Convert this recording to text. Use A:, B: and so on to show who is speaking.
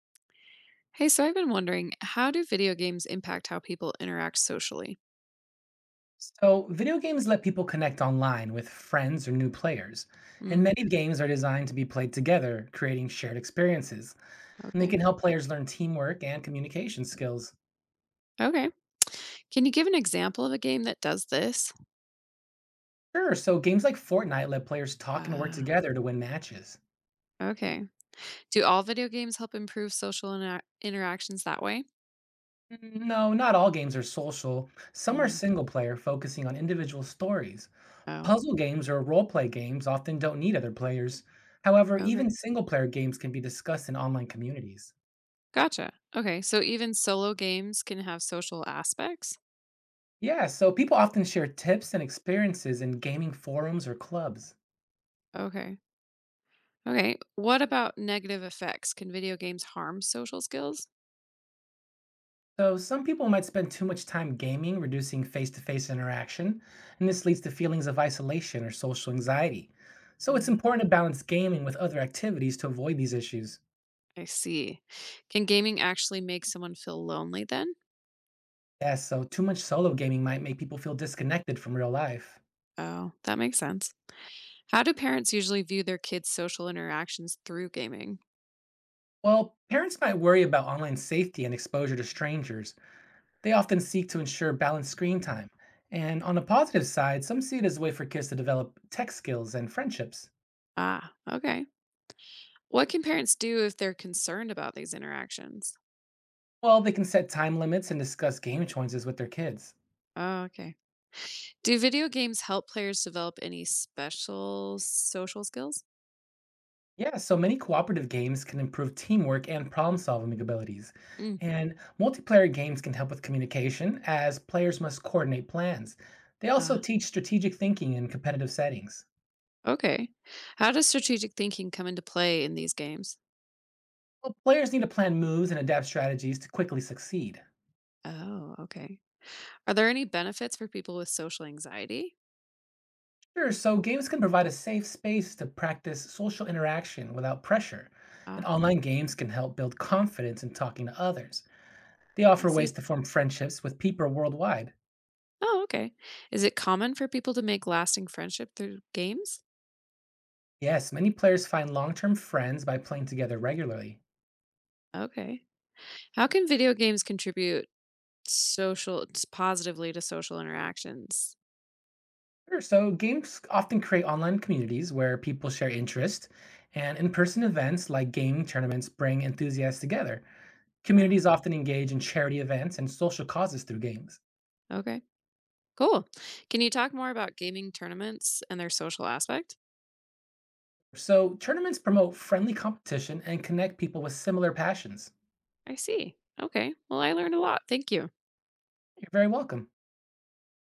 A: Hey, so I've been wondering, how do video games impact how people interact socially?
B: So, video games let people connect online with friends or new players, and
A: Mm,
B: many games are designed to be played together, creating shared experiences, and they
A: okay.
B: can help players learn teamwork and communication skills.
A: Okay. Can you give an example of a game that does this?
B: Sure, so games like Fortnite let players talk and work
A: Ah,
B: together to win matches.
A: okay. Do all video games help improve social interactions that way?
B: Mm, no, not all games are social. Some are
A: Mm,
B: single player, focusing on individual stories.
A: oh,
B: Puzzle games or role play games often don't need other players. However,
A: okay.
B: even single player games can be discussed in online communities.
A: Gotcha. Okay. So even solo games can have social aspects?
B: Yeah, so people often share tips and experiences in gaming forums or clubs.
A: Okay. Okay. What about negative effects? Can video games harm social skills?
B: So some people might spend too much time gaming, reducing face-to-face interaction, and this leads to feelings of isolation or social anxiety. So it's
A: Uh,
B: important to balance gaming with other activities to avoid these issues.
A: I see. Can gaming actually make someone feel lonely then?
B: Yeah, so too much solo gaming might make people feel disconnected from real life.
A: Oh, that makes sense. How do parents usually view their kids' social interactions through gaming?
B: Well, parents might worry about online safety and exposure to strangers. They often seek to ensure balanced screen time. And on the positive side, some see it as a way for kids to develop tech skills and friendships.
A: Ah, okay. What can parents do if they're concerned about these interactions?
B: Well, they can set time limits and discuss game choices with their kids.
A: Oh, okay. Do video games help players develop any special social skills?
B: Yeah, so many cooperative games can improve teamwork and problem solving abilities.
A: Mm.
B: And multiplayer games can help with communication, as players must coordinate plans. They also
A: Ah,
B: teach strategic thinking in competitive settings.
A: okay. How does strategic thinking come into play in these games?
B: Well, players need to plan moves and adapt strategies to quickly succeed.
A: Oh, okay. Are there any benefits for people with social anxiety?
B: Sure, so games can provide a safe space to practice social interaction without pressure, and
A: Ah,
B: online games can help build confidence in talking to others. They
A: I
B: offer ways
A: see.
B: to form friendships with people worldwide.
A: Oh, okay. Is it common for people to make lasting friendship through games?
B: Yes, many players find long term friends by playing together regularly.
A: Okay. How can video games contribute positively to social interactions?
B: Sure, so games often create online communities where people share interests, and in person events like gaming tournaments bring enthusiasts together.
A: Uh,
B: Communities often engage in charity events and social causes through games.
A: okay, cool. Can you talk more about gaming tournaments and their social aspect?
B: So, tournaments promote friendly competition and connect people with similar passions.
A: I see. Okay. Well, I learned a lot. Thank you.
B: You're very welcome.